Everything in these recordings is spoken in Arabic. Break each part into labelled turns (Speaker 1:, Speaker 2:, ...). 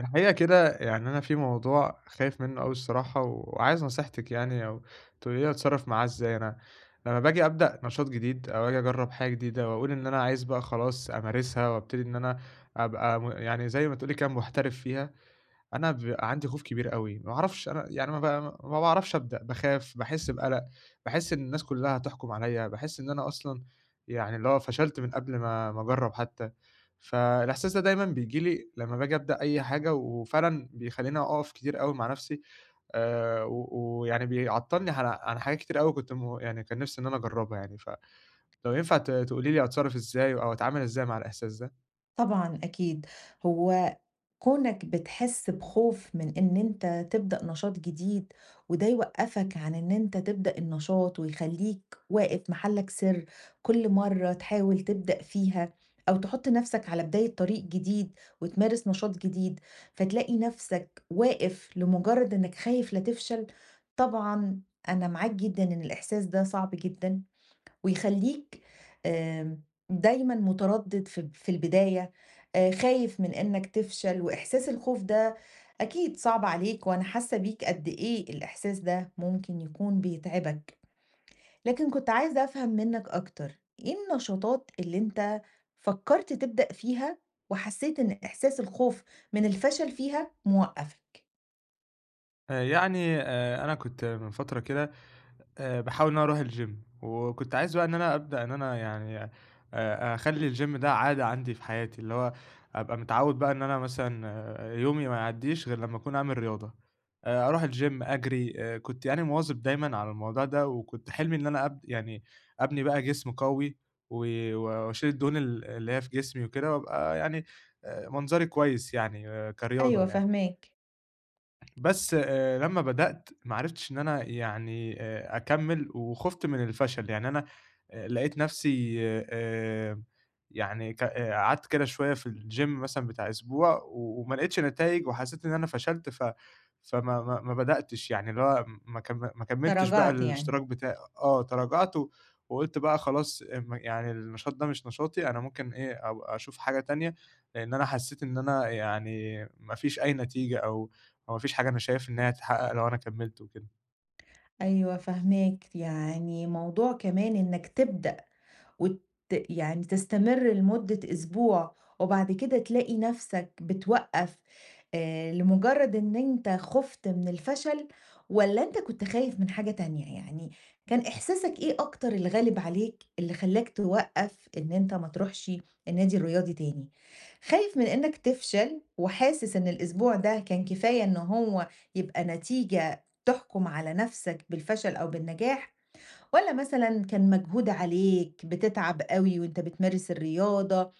Speaker 1: الحقيقة كده يعني أنا في موضوع خايف منه أوي الصراحة، وعايز نصيحتِك يعني أو تقولي لي أتصرّف معاه إزاي. أنا لمّا باجي أبدأ نشاط جديد أو آجي أجرّب حاجة جديدة وأقول إن أنا عايز بقى خلاص أمارسها وأبتدي إن أنا أبقى يعني زي ما تقولي كده محترف فيها، أنا بيبقى عندي خوف كبير أوي، ما أعرفش أنا يعني ما باعرفش أبدأ، باخاف، باحس بقلق، باحس إن الناس كلّها هتحكم عليَّ، باحس إن أنا أصلًا يعني اللي هو فشلت من قبل ما أجرّب حتى، فالإحساس ده دايمًا بييجي لي لمّا باجي أبدأ أي حاجة، وفعلًا بيخلّيني أقف كتير أوي مع نفسي، و ويعني بيعطّلني عن حاجات كتير أوي كنت يعني كان نفسي إن أنا أجرّبها يعني، فلو ينفع تقولي لي أتصرّف إزاي أو أتعامل إزاي مع الإحساس ده؟
Speaker 2: طبعًا أكيد. هو كونك بتحس بخوف من إن أنت تبدأ نشاط جديد، وده يوقّفك عن إن أنت تبدأ النشاط ويخلّيك واقف محلك سر، كل مرّة تحاول تبدأ فيها أو تحُط نَفْسك على بداية طريق جديد وتمارس نشاط جديد، فتلاقي نَفْسك واقف لمجرّد إنّك خايف لا تفشل. طبعًا أنا معاك جدًا إن الإحساس ده صعب جدًا ويخلّيك آمم دايمًا متردد في البداية، خايف من إنّك تفشل، وإحساس الخوف ده أكيد صعب عليك، وأنا حاسة بيك قد إيه الإحساس ده ممكن يكون بيتعبك. لكن كنت عايزة أفهم منّك أكتر، إيه النشاطات اللي أنت فكّرت تبدأ فيها وحسّيت إن إحساس الخوف من الفشل فيها موقّفك؟
Speaker 1: يعني أنا كنت من فترة كده باحاول إن أنا أروح الgym وكنت عايز بقى إن أنا أبدأ إن أنا يعني أخلّي الgym ده عادة عندي في حياتي، اللي هو أبقى متعوّد بقى إن أنا مثلًا يومي ما يعدّيش غير لمّا أكون أعمل رياضة، أروح الgym أجري. كنت يعني مواظب دايمًا على الموضوع ده، وكنت حلمي إن أنا يعني أبني بقى جسم قوي و وأشيل الدهون اللي هي في جسمي وكده، وأبقى يعني منظري كويس يعني كرياضة
Speaker 2: أيوه
Speaker 1: يعني.
Speaker 2: فاهماك.
Speaker 1: بس لمّا بدأت ما عرفتش إن أنا يعني أكمّل وخُفت من الفشل، يعني أنا لقيت نَفْسي آآ يعني ك قعدت كده شوية في الgym مثلًا بتاع أسبوع وما لقيتش نتايج وحسّيت إن أنا فشلت ف فما ما ما بدأتش، يعني اللي هو ما كمّلتش بقى
Speaker 2: تراجعت يعني.
Speaker 1: الاشتراك بتاعي. آه، تراجعت وقُلت بقى خلاص يعني النشاط ده مش نشاطي، أنا ممكن إيه أبقى أشوف حاجة تانية، لإن أنا حسّيت إن أنا يعني ما فيش أي نتيجة أو هو ما فيش حاجة أنا شايف إن هي هتتحقق لو أنا كمّلت وكده.
Speaker 2: أيوه فاهماك، يعني موضوع كمان إنك تبدأ وت يعني تستمر لمدة أسبوع، وبعد كده تلاقي نفسك بتوقّف، لمجرد إن أنت خُفت من الفشل، والّا أنت كنت خايف من حاجة تانية؟ يعني كان إحساسك إيه أكتر الغالب عليك اللي خلّاك توقّف إن أنت ما تروحش النادي الرياضي تاني؟ خايف من إنك تفشل وحاسس إن الأسبوع ده كان كفاية إن هو يبقى نتيجة تحكم على نفسك بالفشل أو بالنجاح، والّا مثلًا كان مجهود عليك، بتتعب أوي وأنت بتمارس الرياضة،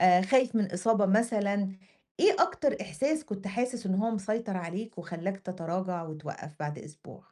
Speaker 2: خايف من إصابة مثلًا، إيه أكتر إحساس كنت حاسس إن هو مسيطر عليك وخلّاك تتراجع وتوقّف بعد أسبوع؟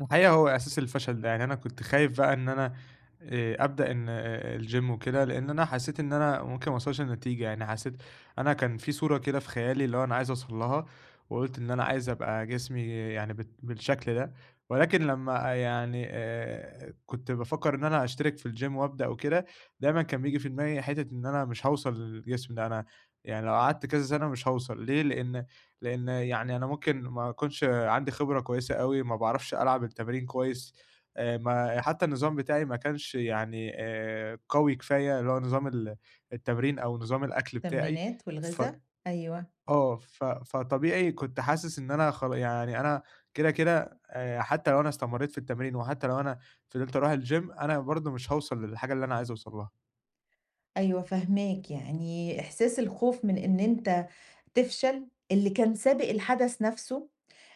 Speaker 1: الحقيقة هو أساس الفشل ده، يعني أنا كنت خايف بقى إن أنا أبدأ إن الgym وكده، لإن أنا حسيت إن أنا ممكن ما اوصلش لنتيجة، يعني حسيت أنا كان في صورة كده في خيالي اللي هو أنا عايز اوصل لها، وقُلت إن أنا عايز أبقى جسمي يعني بالشكل ده، ولكن لمّا يعني كنت بافكّر إن أنا أشترك في الgym وأبدأ وكده. دايمًا كان بييجي في دماغي حتّة إن أنا مش هاوصل للجسم ده، أنا يعني لو قعدت كذا سَنة مش هاوصل، ليه؟ لإن يعني أنا ممكن ما أكونش عندي خبرة كويسة أوي، ما باعرفش ألعب التمارين كويس، ما حتى النظام بتاعي ما كانش يعني قوي كفاية، اللي هو نظام التمرين أو نظام الأكل بتاعي،
Speaker 2: التمرينات
Speaker 1: ف
Speaker 2: والغذا؟ أيوه.
Speaker 1: آه، ف فطبيعي كنت حاسس إن أنا يعني أنا كده، كده حتى لو أنا استمريت في التمرين وحتى لو أنا فضلت أروح الgym، أنا برضه مش هاوصل للحاجة اللي أنا عايز أوصل لها.
Speaker 2: أيوه فاهماك، يعني إحساس الخوف من إن أنت تفشل، اللي كان سابق الحدث نفسه،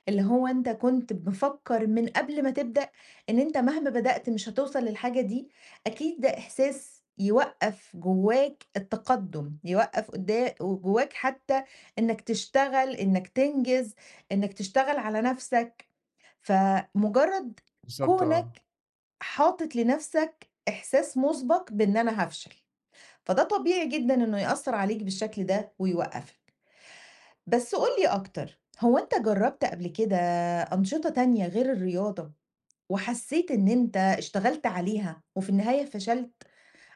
Speaker 2: اللي هو أنت كنت مفكّر من قبل ما تبدأ إن أنت مهما بدأت مش هتوصل للحاجة دي، أكيد ده إحساس يوقّف جواك التقدُّم، يوقّف قدا جواك حتى إنّك تشتغل، إنّك تنجز، إنّك تشتغل على نفسك، فمجرّد
Speaker 1: بالضبط آه.
Speaker 2: كونك حاطط لنفسك إحساس مُسبَق بإن أنا هافشل، فده طبيعي جدًا إنه يأثّر عليك بالشكل ده ويوقّفك. بس قُل لي أكتر، هو أنت جرّبت قبل كده أنشطة تانية غير الرياضة وحسّيت إن أنت اشتغلت عليها وفي النهاية فشلت،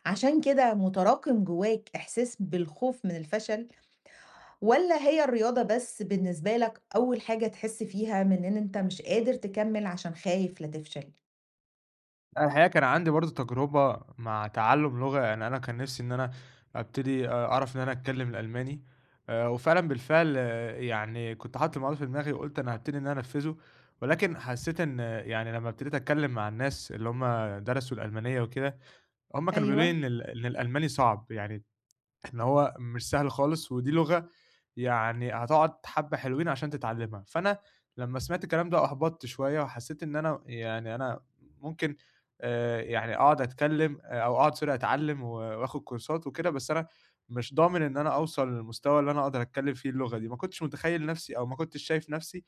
Speaker 2: عشان كده متراكم جواك إحساس بالخوف من الفشل، والّا هي الرياضة بس بالنسبة لك أول حاجة تحس فيها من إن أنت مش قادر تكمّل عشان خايف لا تفشل؟
Speaker 1: لأ، الحقيقة كان عندي برضه تجربة مع تعلُّم لغة، يعني أنا كان نِفْسي إن أنا أبتدي أعرف إن أنا أتكلّم الألماني. وفعلًا بالفعل يعني كنت حاطط الموضوع في دماغي وقُلت أنا هابتدي إن أنا أنفّذه، ولكن حسّيت إن يعني لمّا ابتديت أتكلّم مع الناس اللي هم درسوا الألمانية وكده، هم كانوا بيقولوا لي
Speaker 2: أيوه.
Speaker 1: إن الألماني صعب، يعني إن هو مش سهل خالص، ودي لغة يعني هتقعد حبّة حلوين عشان تتعلّمها. فأنا لمّا سمعت الكلام ده أحبطت شوية، وحسّيت إن أنا يعني أنا ممكن يعني أقعد أتكلّم أو أقعد sorry أتعلّم وآخُد كورسات وكده، بس أنا مش ضامن إن أنا أوصل للمستوى اللي أنا أقدر أتكلّم فيه اللغة دي. ما كنتش متخيّل نَفْسي أو ما كنتش شايف نَفْسي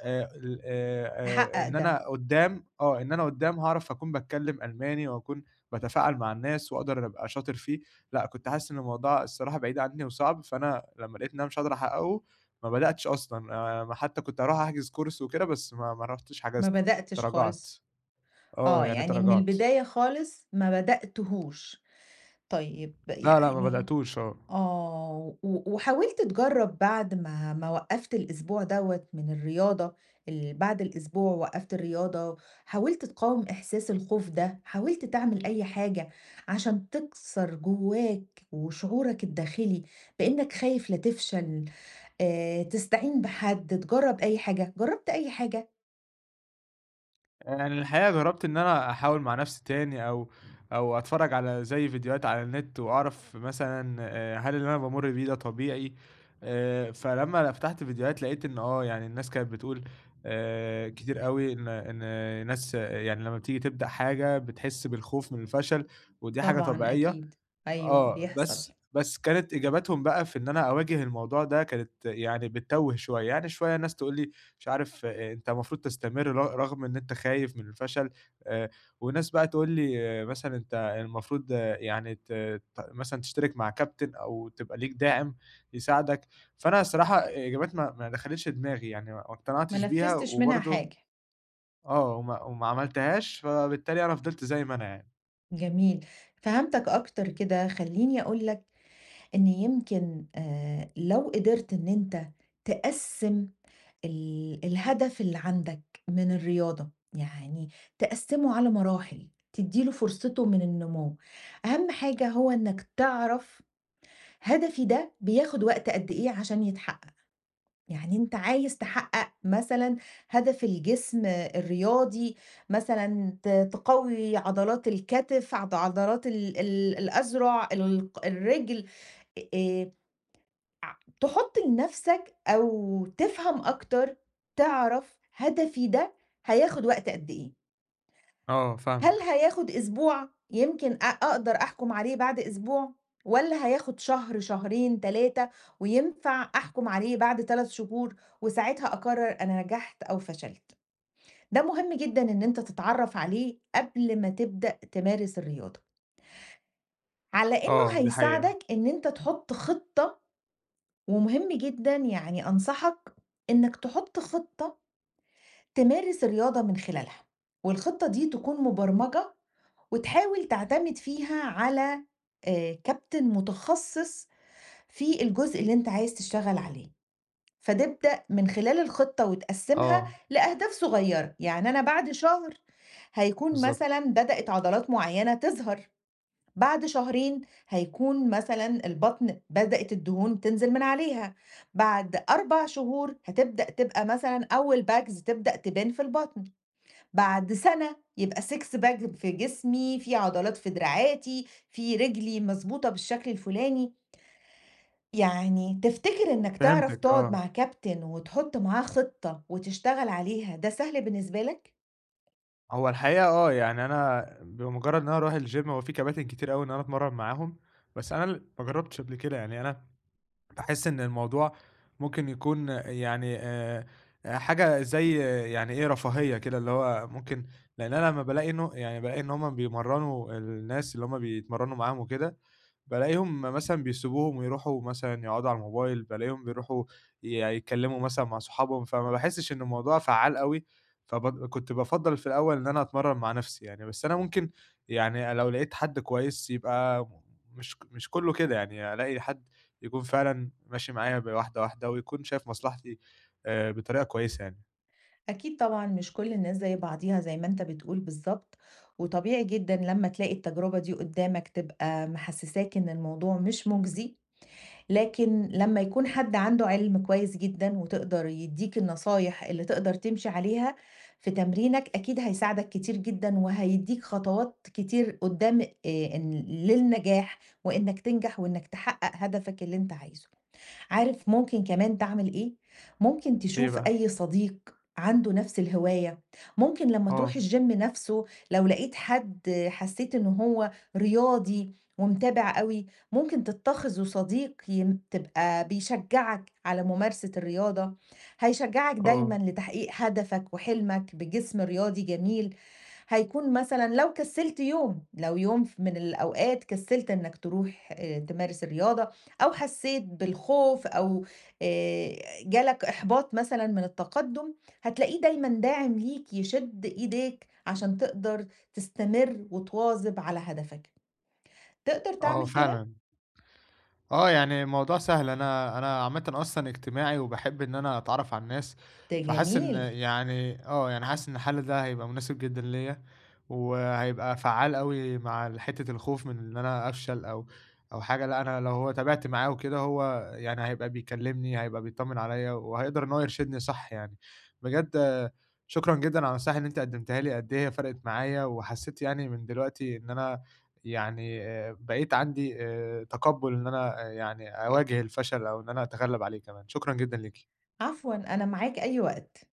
Speaker 1: ال
Speaker 2: تحقق
Speaker 1: إن
Speaker 2: ده.
Speaker 1: أنا قدّام إن أنا قدّام هاعرف أكون باتكلّم ألماني وأكون باتفاعل مع الناس وأقدر أبقى شاطر فيه. لأ كنت حاسس إن الموضوع الصراحة بعيد عني وصعب، فأنا لمّا لقيت إن أنا مش هاقدر أحققه ما بدأتش أصلًا. ما حتى كنت هاروح أحجز كورس وكده بس ما رُحتش
Speaker 2: ما
Speaker 1: حجزت،
Speaker 2: بدأتش
Speaker 1: تراجعت،
Speaker 2: خالص.
Speaker 1: آه،
Speaker 2: آه،
Speaker 1: يعني
Speaker 2: يعني من
Speaker 1: تراجعت.
Speaker 2: البداية خالص ما بدأتهوش. طيب
Speaker 1: لا، لأ ما
Speaker 2: يعني
Speaker 1: بدأتوش، آه.
Speaker 2: آه، وحاولت تجرّب بعد ما وقّفت الأسبوع دوّة من الرياضة، بعد الأسبوع وقّفت الرياضة، حاولت تقاوم إحساس الخوف ده، حاولت تعمل أي حاجة عشان تكسر جواك وشعورك الداخلي بإنّك خايف لا تفشل، تستعين بحد، تجرّب أي حاجة، جرّبت أي حاجة؟
Speaker 1: يعني الحقيقة جرّبت إن أنا أحاول مع نفسي تاني أو أتفرّج على زي فيديوهات على النت وأعرف مثلًا هل اللي أنا بامُر بيه ده طبيعي؟ فلمّا فتحت فيديوهات لقيت إن يعني الناس كانت بتقول كتير أوي إن ناس يعني لمّا بتيجي تبدأ حاجة بتحس بالخوف من الفشل ودي حاجة
Speaker 2: طبعًا
Speaker 1: طبيعية.
Speaker 2: أكيد. أيوه
Speaker 1: آه،
Speaker 2: بيحصل.
Speaker 1: بس كانت إجاباتهم بقى في إن أنا أواجه الموضوع ده كانت يعني بتتوّه شوية، يعني شوية ناس تقول لي مش عارف أنت المفروض تستمر رغم إن أنت خايف من الفشل، آآ، وناس بقى تقول لي مثلًا أنت المفروض يعني ت ت مثلًا تشترك مع كابتن أو تبقى ليك داعم يساعدك، فأنا الصراحة إجابات ما دخلتش دماغي يعني ما
Speaker 2: ما
Speaker 1: اقتنعتش بيها
Speaker 2: نفّذتش منها
Speaker 1: وبرضه
Speaker 2: حاجة.
Speaker 1: وما عملتهاش، فبالتالي أنا فضلت زي ما أنا يعني.
Speaker 2: جميل، فهمتك أكتر كده. خلّيني أقول لك إن يمكن لو قدرت إن أنت تقسّم الهدف اللي عندك من الرياضة، يعني تقسّمه على مراحل، تدّي له فرصته من النمو. أهم حاجة هو إنك تعرف هدفي ده بياخد وقت قد إيه عشان يتحقق، يعني أنت عايز تحقق مثلًا هدف الجسم الرياضي، مثلًا تقوي عضلات الكتف، عضلات ال ال الأذرع، الرجل، آآ ع تحط لنفسك أو تفهم أكتر، تعرف هدفي ده هياخد وقت قد إيه،
Speaker 1: آه،
Speaker 2: هل
Speaker 1: فاهمك،
Speaker 2: هياخد أسبوع يمكن أقدر أحكم عليه بعد أسبوع، والّا هياخد شهر، شهرين، 3 وينفع أحكم عليه بعد 3 شهور، وساعتها أقرر أنا نجحت أو فشلت. ده مهم جدًا إن أنت تتعرف عليه قبل ما تبدأ تمارس الرياضة، على إنه
Speaker 1: آه، دي حقيقة،
Speaker 2: هيساعدك إن أنت تحط خطة، ومهم جدًا يعني أنصحك إنك تحط خطة تمارس الرياضة من خلالها، والخطة دي تكون مبرمجة وتحاول تعتمد فيها على كابتن متخصص في الجزء اللي أنت عايز تشتغل عليه، فتبدأ من خلال الخطة وتقسّمها
Speaker 1: آه.
Speaker 2: لأهداف صغيّرة، يعني أنا بعد شهر هيكون
Speaker 1: بالضبط،
Speaker 2: مثلًا بدأت عضلات معيّنة تظهر. بعد شهرين هيكون مثلًا البطن بدأت الدهون تنزل من عليها، بعد 4 شهور هتبدأ تبقى مثلًا أول bags تبدأ تبان في البطن، بعد سنة يبقى six pack في جسمي، في عضلات في دراعاتي، في رجلي مضبوطة بالشكل الفلاني. يعني تفتكر إنك تعرف
Speaker 1: فهمتِك
Speaker 2: تقعد
Speaker 1: آه،
Speaker 2: مع كابتن وتحط معاه خطة وتشتغل عليها ده سهل بالنسبة لك؟
Speaker 1: هو الحقيقة يعني أنا بمجرد إن أنا أروح الgym هو في كباتن كتير أوي إن أنا أتمرّن معاهم، بس أنا ما جرّبتش قبل كده، يعني أنا باحس إن الموضوع ممكن يكون يعني حاجة زي يعني إيه، رفاهية كده، اللي هو ممكن لإن أنا لمّا بالاقي إنه يعني بالاقي إن هُم بيمرّنوا الناس اللي هُم بيتمرّنوا معاهم وكده بالاقيهم مثلًا بيسيبوهم ويروحوا مثلًا يقعدوا على الموبايل، بالاقيهم بيروحوا يعني يتكلموا مثلًا مع صحابهم، فما باحسش إن الموضوع فعّال أوي، كنت بافضّل في الأول إن أنا أتمرّن مع نفسي يعني، بس أنا ممكن يعني لو لقيت حد كويس يبقى مش كلّه كده، يعني ألاقي حد يكون فعلًا ماشي معايا واحدة، واحدة ويكون شايف مصلحتي بطريقة كويسة يعني.
Speaker 2: أكيد طبعًا مش كل الناس زي بعضيها زي ما أنت بتقول بالضبط، وطبيعي جدًا لمّا تلاقي التجربة دي قدّامك تبقى محسساك إن الموضوع مش مُجزي، لكن لمّا يكون حد عنده علم كويس جدًا وتقدر يدّيك النصايح اللي تقدر تمشي عليها في تمرينك، أكيد هيساعدك كتير جدًا وهيدّيك خطوات كتير قدّام، إن للنجاح وإنك تنجح وإنك تحقق هدفك اللي أنت عايزه. عارف ممكن كمان تعمل إيه؟ ممكن
Speaker 1: إيه
Speaker 2: تشوف
Speaker 1: بقى؟
Speaker 2: أي صديق عنده نفس الهواية، ممكن لما تروح
Speaker 1: آه،
Speaker 2: الجيم نفسه لو لقيت حد حسيت إن هو رياضي ومتابع قوي، ممكن تتخذه صديق تبقى بيشجعك على ممارسة الرياضة، هيشجعك دايما
Speaker 1: آه،
Speaker 2: لتحقيق هدفك وحلمك بجسم رياضي جميل. هيكون مثلا لو كسلت يوم، لو يوم من الأوقات كسلت إنك تروح آه، تمارس الرياضة أو حسيت بالخوف أو آآ جالك إحباط مثلًا من التقدُّم، هتلاقيه دايمًا داعم ليك يشد إيديك عشان تقدر تستمر وتواظب على هدفك. تقدر
Speaker 1: آه
Speaker 2: تعمل كده؟
Speaker 1: فعلًا. آه، يعني الموضوع سهل، أنا عامةً أصلًا اجتماعي وباحب إن أنا أتعرّف على الناس،
Speaker 2: ده
Speaker 1: فحاسس إن
Speaker 2: جميل.
Speaker 1: يعني يعني حاسس إن الحل ده هيبقى مناسب جدًا ليّا، وهيبقى فعّال أوي مع حتّة الخوف من إن أنا أفشل أو حاجة. لأ أنا لو هو تابعت معاه وكده هو يعني هيبقى بيكلّمني، هيبقى بيطمّن عليّا، وهيقدر إن هو يرشدني صح يعني. بجد آه، شكرًا جدًا على النصايح اللي أنتِ قدّمتيها لي، قد إيه هي فرقِت معايا، وحسّيت يعني من دلوقتي إن أنا يعني بقيت عندي تقبُّل إن أنا يعني أواجه الفشل أو إن أنا أتغلّب عليه كمان. شكرًا جدًا ليكِ.
Speaker 2: عفوًا أنا معاك أي وقت.